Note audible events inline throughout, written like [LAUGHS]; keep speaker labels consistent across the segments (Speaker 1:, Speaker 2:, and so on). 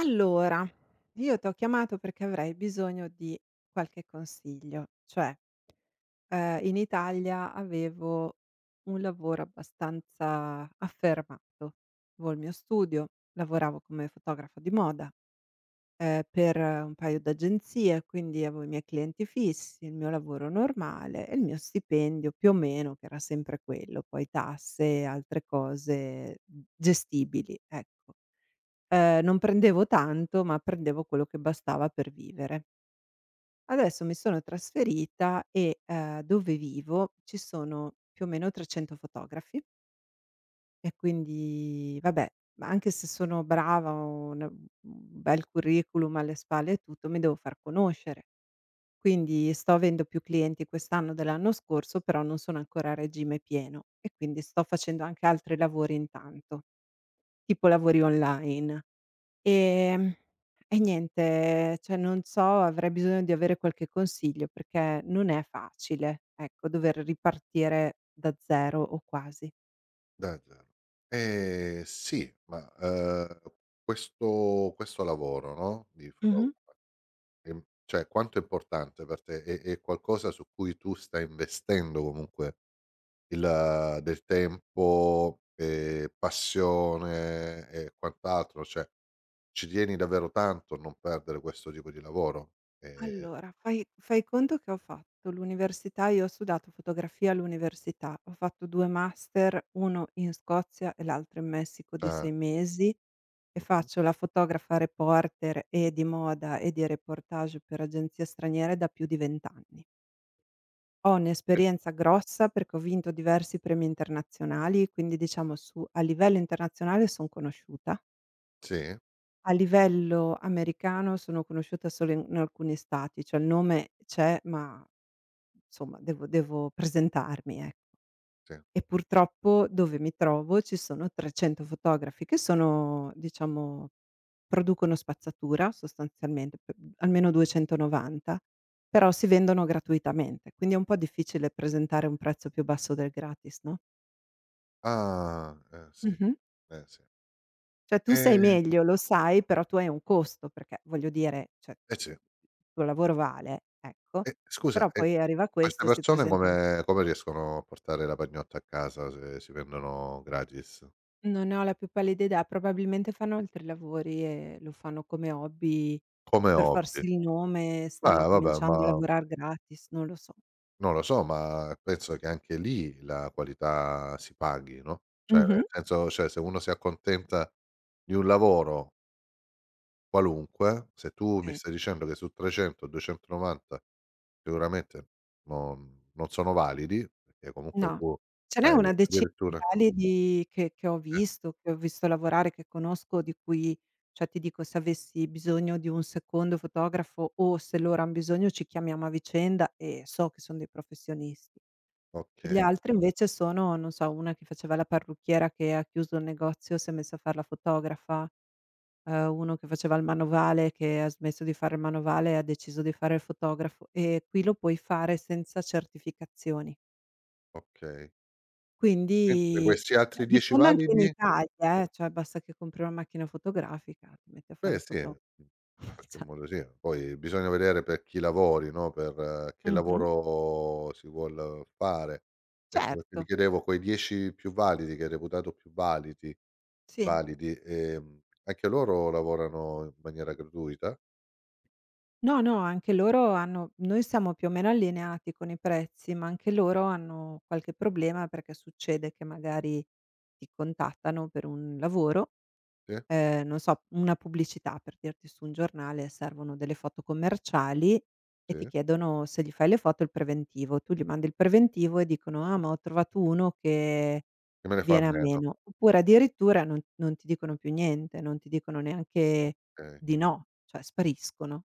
Speaker 1: Allora, io t'ho chiamato perché avrei bisogno di qualche consiglio. Cioè, in Italia avevo un lavoro abbastanza affermato. Avevo il mio studio, lavoravo come fotografa di moda, per un paio d'agenzie, quindi avevo i miei clienti fissi, il mio lavoro normale e il mio stipendio più o meno, che era sempre quello, poi tasse e altre cose, gestibili, ecco. Non prendevo tanto, ma prendevo quello che bastava per vivere. Adesso mi sono trasferita e, dove vivo ci sono più o meno 300 fotografi e quindi vabbè, ma anche se sono brava, ho una un bel curriculum alle spalle e tutto, mi devo far conoscere. Quindi sto avendo più clienti quest'anno dell'anno scorso, però non sono ancora a regime pieno e quindi sto facendo anche altri lavori intanto, tipo lavori online. Ehm, e niente, cioè non so, avrei bisogno di avere qualche consiglio perché non è facile, ecco, dover ripartire da 0 o quasi.
Speaker 2: Da 0. Sì, ma, questo lavoro, no, di
Speaker 1: Mh-mh.
Speaker 2: fotografa, cioè quanto è importante per te? È qualcosa su cui tu stai investendo comunque il del tempo, passione e quant'altro, cioè ci tieni davvero tanto a non perdere questo tipo di lavoro? Ehm,
Speaker 1: Allora, fai conto che ho fatto l'università, io ho studiato fotografia all'università, ho fatto 2 master, uno in Scozia e l'altro in Messico di 6
Speaker 2: ah,
Speaker 1: mesi, e
Speaker 2: mh-mh.
Speaker 1: faccio la fotografa reporter e di moda e di reportage per agenzie straniere da più di 20 anni. Ho
Speaker 2: Eh,
Speaker 1: un'esperienza grossa perché ho vinto diversi premi internazionali, quindi diciamo su a livello internazionale son conosciuta.
Speaker 2: sì,
Speaker 1: A livello americano sono conosciuta solo in alcuni stati, cioè il nome c'è, ma insomma devo presentarmi, ec
Speaker 2: sì.
Speaker 1: e purtroppo dove mi trovo ci sono 300 fotografi che sono diciamo producono spazzatura sostanzialmente, p almeno 290, però si vendono gratuitamente, quindi è un po' difficile presentare un prezzo più basso del gratis, no.
Speaker 2: Ah, eh sì,
Speaker 1: Mh-mh.
Speaker 2: eh sì.
Speaker 1: Cioè tu sei
Speaker 2: Ehm,
Speaker 1: meglio, lo sai, però tu hai un costo, perché voglio dire, cioè
Speaker 2: eh sì.
Speaker 1: il tuo lavoro vale, ecco,
Speaker 2: E scusa,
Speaker 1: però poi arriva
Speaker 2: queste
Speaker 1: questo, si
Speaker 2: persone
Speaker 1: presenta gra
Speaker 2: come riescono a portare la pagnotta a casa se si prendono gratis?
Speaker 1: non ne ho la più pallida idea, probabilmente fanno altri lavori e lo fanno come hobby
Speaker 2: Come
Speaker 1: per
Speaker 2: hobby?
Speaker 1: farsi il nome, stanno
Speaker 2: Ma vabbè,
Speaker 1: cominciando a
Speaker 2: ma
Speaker 1: lavorar gratis, non lo so.
Speaker 2: non lo so, ma penso che anche lì la qualità si paghi, no, cioè
Speaker 1: Mh-mh,
Speaker 2: nel senso cioè se uno si accontenta di un lavoro qualunque, se tu mi
Speaker 1: sì.
Speaker 2: stai dicendo che su 300, 290 sicuramente non sono validi, perché comunque
Speaker 1: No,
Speaker 2: tu
Speaker 1: ce n'è una
Speaker 2: hai
Speaker 1: decina di
Speaker 2: addirittura,
Speaker 1: validi che ho
Speaker 2: eh,
Speaker 1: visto, che ho visto lavorare, che conosco, di cui cioè ti dico, se avessi bisogno di un secondo fotografo o se loro han bisogno ci chiamiamo a vicenda e so che son dei professionisti. E gli
Speaker 2: okay,
Speaker 1: altri invece sono, non so, una che faceva la parrucchiera che ha chiuso il negozio, si è messa a far la fotografa, uno che faceva il manovale che ha smesso di fare il manovale e ha deciso di fare il fotografo, e qui lo puoi fare senza certificazioni.
Speaker 2: okay. Mentre
Speaker 1: Quindi
Speaker 2: questi
Speaker 1: cioè
Speaker 2: altri
Speaker 1: di
Speaker 2: 10
Speaker 1: fondo anche in
Speaker 2: validi.
Speaker 1: Italia cioè basta che compri una macchina fotografica, ti metti a fare
Speaker 2: Beh
Speaker 1: il
Speaker 2: sì,
Speaker 1: foto
Speaker 2: in
Speaker 1: [LAUGHS]
Speaker 2: qualche
Speaker 1: cioè
Speaker 2: modo sì. Poi bisogna vedere per chi lavori, no, per che
Speaker 1: mh-mh,
Speaker 2: lavoro si vuol fare. Ecco perché ti
Speaker 1: certo,
Speaker 2: chiedevo quei 10 più validi, che hai reputato più validi,
Speaker 1: sì.
Speaker 2: anche loro lavorano in maniera gratuita?
Speaker 1: No, no, anche loro hanno noi siamo più o meno allineati con i prezzi, ma anche loro hanno qualche problema perché succede che magari ti contattano per un lavoro,
Speaker 2: Sì?
Speaker 1: non so, una pubblicità, per dirti su un giornale servono delle foto commerciali e ti
Speaker 2: Sì?
Speaker 1: chiedono se gli fai le foto il preventivo. Tu gli mandi il preventivo e dicono: "Ah, ma ho trovato uno che
Speaker 2: Chi me ne fa a
Speaker 1: viene a
Speaker 2: meno,
Speaker 1: meno." Oppure addirittura non ti dicono più niente, non ti dicono neanche
Speaker 2: okay.
Speaker 1: di no, cioè spariscono.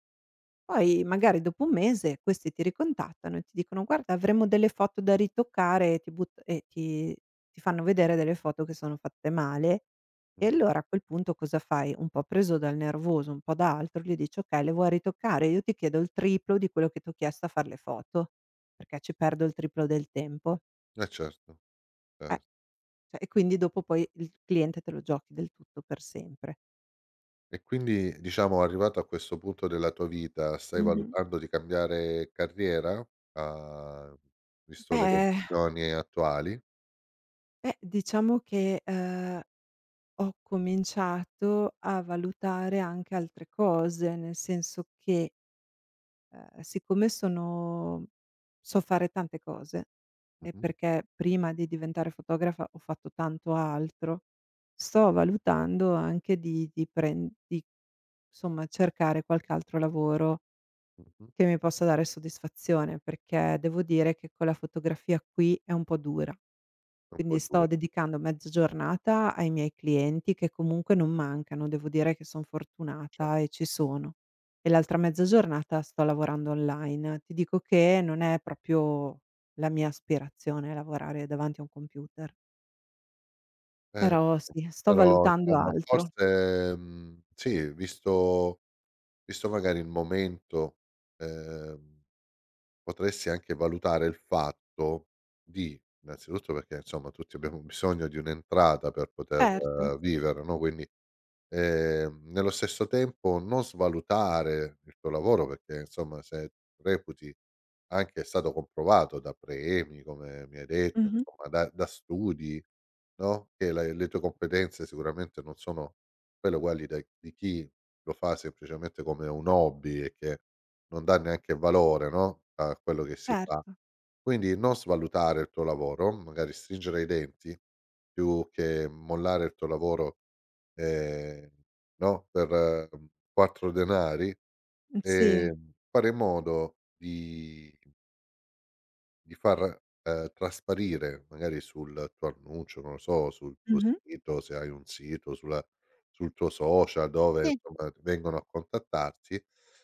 Speaker 1: Poi magari dopo un mese questi ti ricontattano e ti dicono: "Guarda, avremmo delle foto da ritoccare", e ti butt e ti ti fanno vedere delle foto che sono fatte male. E
Speaker 2: Mh-mh.
Speaker 1: allora a quel punto cosa fai? Un po' preso dal nervoso, un po' da altro, gli dici: "Okay, le vuoi ritoccare? Io ti chiedo il triplo di quello che t'ho chiesto a far le foto, perché ci perdo il triplo del tempo."
Speaker 2: Eh certo,
Speaker 1: Eh,
Speaker 2: cer
Speaker 1: cioè e quindi dopo poi il cliente te lo giochi del tutto per sempre.
Speaker 2: E quindi, diciamo, arrivato a questo punto della tua vita, stai
Speaker 1: Mh-mh.
Speaker 2: valutando di cambiare carriera? Uhm, visto le
Speaker 1: Beh,
Speaker 2: condizioni attuali?
Speaker 1: beh diciamo che, ho cominciato a valutare anche altre cose, nel senso che, siccome sono so fare tante cose, e
Speaker 2: Mh-mh,
Speaker 1: perché prima di diventare fotografa ho fatto tanto altro, sto valutando anche di pren di somma cercare qualche altro lavoro
Speaker 2: mh-mh.
Speaker 1: che mi possa dare soddisfazione, perché devo dire che con la fotografia qui è un po' dura.
Speaker 2: È un
Speaker 1: Quindi
Speaker 2: po' dura,
Speaker 1: sto dedicando mezza giornata ai miei clienti che comunque non mancano, devo dire che son
Speaker 2: cioè.
Speaker 1: fortunata e ci sono. E l'altra mezza giornata sto lavorando online. Ti dico che non è proprio la mia aspirazione lavorare davanti a un computer,
Speaker 2: Eh,
Speaker 1: però sì, sto
Speaker 2: però
Speaker 1: valutando
Speaker 2: insomma
Speaker 1: altro.
Speaker 2: forse, sì, visto magari il momento, ehm, potresti anche valutare il fatto di innanzitutto perché, insomma, tutti abbiamo [LAUGHS] bisogno di un'entrata per poter
Speaker 1: Certo.
Speaker 2: vivere, no, quindi. Nello stesso tempo non svalutare il tuo lavoro, perché insomma se reputi, anche è stato comprovato da premi, come mi hai detto,
Speaker 1: Mh-mh,
Speaker 2: insomma da studi, no, che la le tue competenze sicuramente non sono quelle uguali da di chi lo fa semplicemente come un hobby e che non dà neanche valore, no, a quello che si fa.
Speaker 1: certo.
Speaker 2: Quindi non svalutare il tuo lavoro, magari stringere i denti più che mollare il tuo lavoro, ehm, no, per 4 denari,
Speaker 1: Sì.
Speaker 2: fare in modo di far, trasparire magari sul tuo annuncio, non lo so, sul tuo
Speaker 1: Mh-mh.
Speaker 2: sito, se hai un sito, sul tuo social, dove
Speaker 1: Sì.
Speaker 2: insomma vengono a contattarti,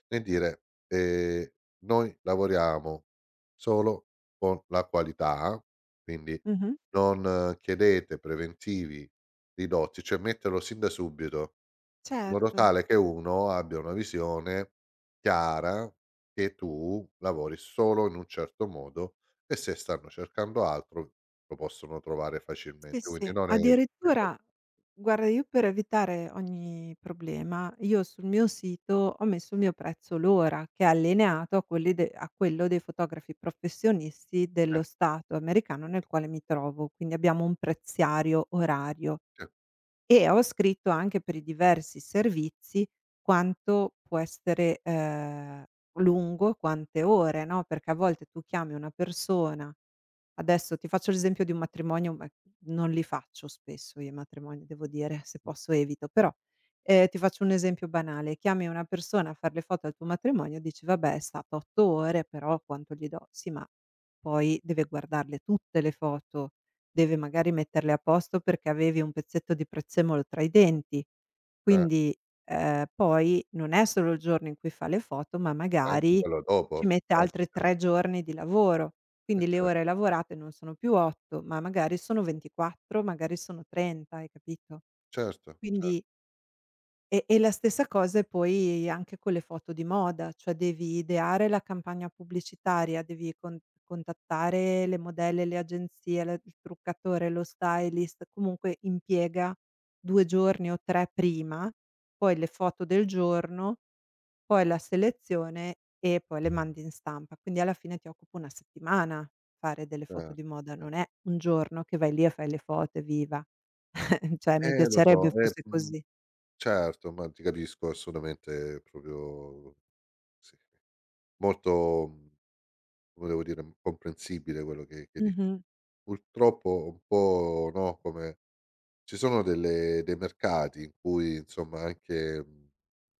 Speaker 2: nel dire: "Noi lavoriamo solo con la qualità, quindi
Speaker 1: Mh-mh.
Speaker 2: non chiedete preventivi ridotti", cioè metterlo sin da subito. In modo
Speaker 1: Certo.
Speaker 2: tale che uno abbia una visione chiara che tu lavori solo in un certo modo, e se stanno cercando altro lo possono trovare
Speaker 1: Sì,
Speaker 2: facilmente, quindi
Speaker 1: sì,
Speaker 2: non è il tipo-,
Speaker 1: addirittura guarda, io per evitare ogni problema, io sul mio sito ho messo il mio prezzo l'ora che è allineato a quelli de a quello dei fotografi professionisti
Speaker 2: eh,
Speaker 1: dello Stato americano nel quale mi trovo, quindi abbiamo un prezziario orario.
Speaker 2: cer
Speaker 1: E ho scritto anche per i diversi servizi quanto può essere, lungo, quante ore, no, perché a volte tu chiami una persona, adesso ti faccio l'esempio di un matrimonio, ma non li faccio spesso io i matrimoni, devo dire, se
Speaker 2: mh,
Speaker 1: posso evito, però, ti faccio un esempio banale, chiami una persona a far le foto al tuo matrimonio, dici: "Vabbè, è stato 8 ore, però quanto gli do?" Sì, ma poi deve guardarle tutte le foto, deve magari metterle a posto perché avevi un pezzetto di prezzemolo tra i denti.
Speaker 2: cioè
Speaker 1: Quindi, poi non è solo il giorno in cui fa le foto, ma
Speaker 2: anche
Speaker 1: magari
Speaker 2: quello
Speaker 1: ci
Speaker 2: dopo,
Speaker 1: mette altri
Speaker 2: certo,
Speaker 1: 3 giorni di lavoro.
Speaker 2: eh,
Speaker 1: Quindi le
Speaker 2: cer
Speaker 1: ore lavorate non sono più 8, ma magari sono 24, magari sono 30, hai capito?
Speaker 2: certo,
Speaker 1: Quindi e la stessa cosa è poi anche con le foto di moda, cioè devi ideare la campagna pubblicitaria, devi contattare le modelle, le agenzie, la il truccatore, lo stylist, comunque impiega 2 giorni o 3 prima, poi le foto del giorno, poi la selezione e poi le mandi in stampa. Quindi alla fine ti occupa 1 settimana fare delle foto
Speaker 2: cer
Speaker 1: di moda,
Speaker 2: cer
Speaker 1: non è un giorno che vai lì e fai le foto e viva. [LAUGHS] Cioè mi
Speaker 2: lo
Speaker 1: piacerebbe
Speaker 2: so,
Speaker 1: fosse così.
Speaker 2: certo, ma ti capisco assolutamente, proprio sì, molto, come devo dire, comprensibile quello che dici.
Speaker 1: Mh-mh.
Speaker 2: Purtroppo un po', no, come ci sono delle dei mercati in cui insomma anche,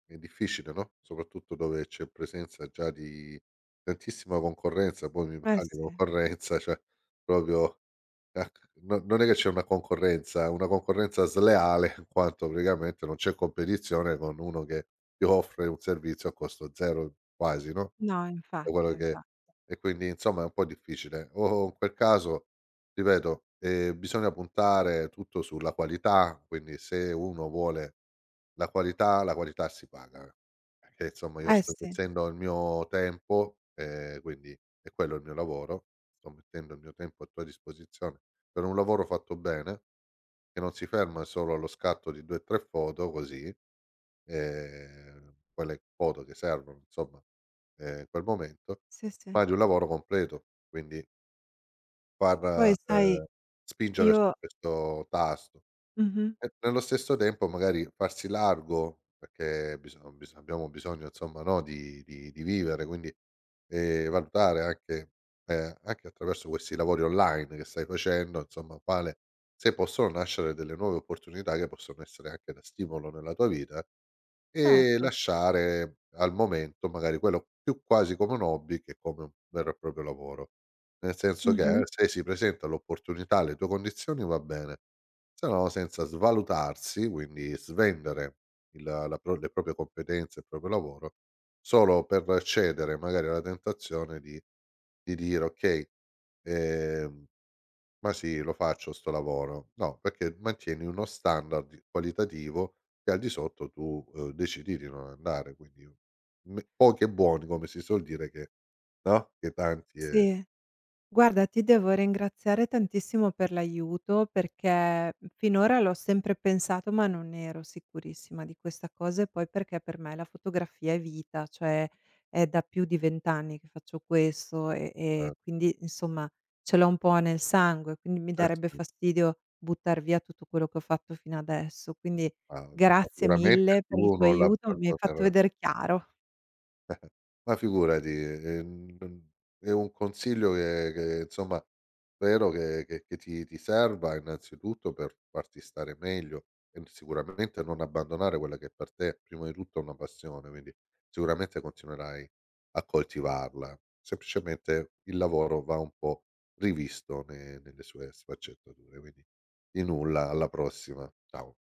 Speaker 2: è difficile, no, soprattutto dove c'è presenza già di tantissima concorrenza, poi mi
Speaker 1: Eh
Speaker 2: parli di
Speaker 1: sì.
Speaker 2: concorrenza, cioè proprio ec no, non è che c'è una concorrenza sleale, in quanto praticamente non c'è competizione con uno che ti offre un servizio a costo zero quasi, no?
Speaker 1: No,
Speaker 2: Da
Speaker 1: infatti,
Speaker 2: quello che,
Speaker 1: infa
Speaker 2: e quindi insomma è un po' difficile. O in quel caso, ripeto, bisogna puntare tutto sulla qualità, quindi se uno vuole la qualità si paga. Perché insomma io
Speaker 1: eh
Speaker 2: sto
Speaker 1: sì,
Speaker 2: mettendo il mio tempo, quindi è quello il mio lavoro, sto mettendo il mio tempo a tua disposizione per un lavoro fatto bene, che non si ferma solo allo scatto di 2, 3 foto così, quelle foto che servono insomma, in quel momento,
Speaker 1: sì, sì.
Speaker 2: ma di un lavoro completo, quindi
Speaker 1: Poi
Speaker 2: far,
Speaker 1: sai
Speaker 2: spingere su
Speaker 1: io
Speaker 2: questo tasto,
Speaker 1: mh-mh,
Speaker 2: e nello stesso tempo magari farsi largo, perché biso bis abbiamo bisogno insomma, no, di vivere, quindi, valutare anche, anche attraverso questi lavori online che stai facendo insomma, quale, se possono nascere delle nuove opportunità che possono essere anche da stimolo nella tua vita, e
Speaker 1: certo,
Speaker 2: lasciare al momento magari quello più quasi come un hobby che come un vero e proprio lavoro. Nel senso
Speaker 1: mh-mh,
Speaker 2: che se si presenta l'opportunità, le tue condizioni, va bene, se no senza svalutarsi, quindi svendere il la pro le proprie competenze, il proprio lavoro, solo per cedere magari alla tentazione di dire: "Okay, ehm" Ma sì, lo faccio sto lavoro. No, perché mantieni uno standard qualitativo che al di sotto tu, decidi di non andare, quindi, me pochi e buoni come si suol dire, che no, che tanti e
Speaker 1: sì. Guarda, ti devo ringraziare tantissimo per l'aiuto perché finora l'ho sempre pensato, ma non ero sicurissima di questa cosa, e poi perché per me la fotografia è vita, cioè è da più di 20 anni che faccio questo, e
Speaker 2: eh,
Speaker 1: quindi insomma ce l'ho un po' nel sangue, quindi mi
Speaker 2: eh
Speaker 1: darebbe
Speaker 2: sì,
Speaker 1: fastidio buttare via tutto quello che ho fatto fino adesso. Quindi
Speaker 2: ma ma
Speaker 1: grazie
Speaker 2: sicuramente
Speaker 1: mille per il
Speaker 2: tu
Speaker 1: tuo
Speaker 2: non
Speaker 1: aiuto, mi hai fatto
Speaker 2: l'abbandonerai.
Speaker 1: vedere chiaro.
Speaker 2: [LAUGHS] Ma figurati, è un consiglio che insomma spero che ti serva innanzitutto per farti stare meglio, e sicuramente non abbandonare quella che per te è prima di tutto è una passione, quindi sicuramente continuerai a coltivarla. Semplicemente il lavoro va un po' rivisto ne nelle sue sfaccettature, quindi di nulla, alla prossima. Ciao.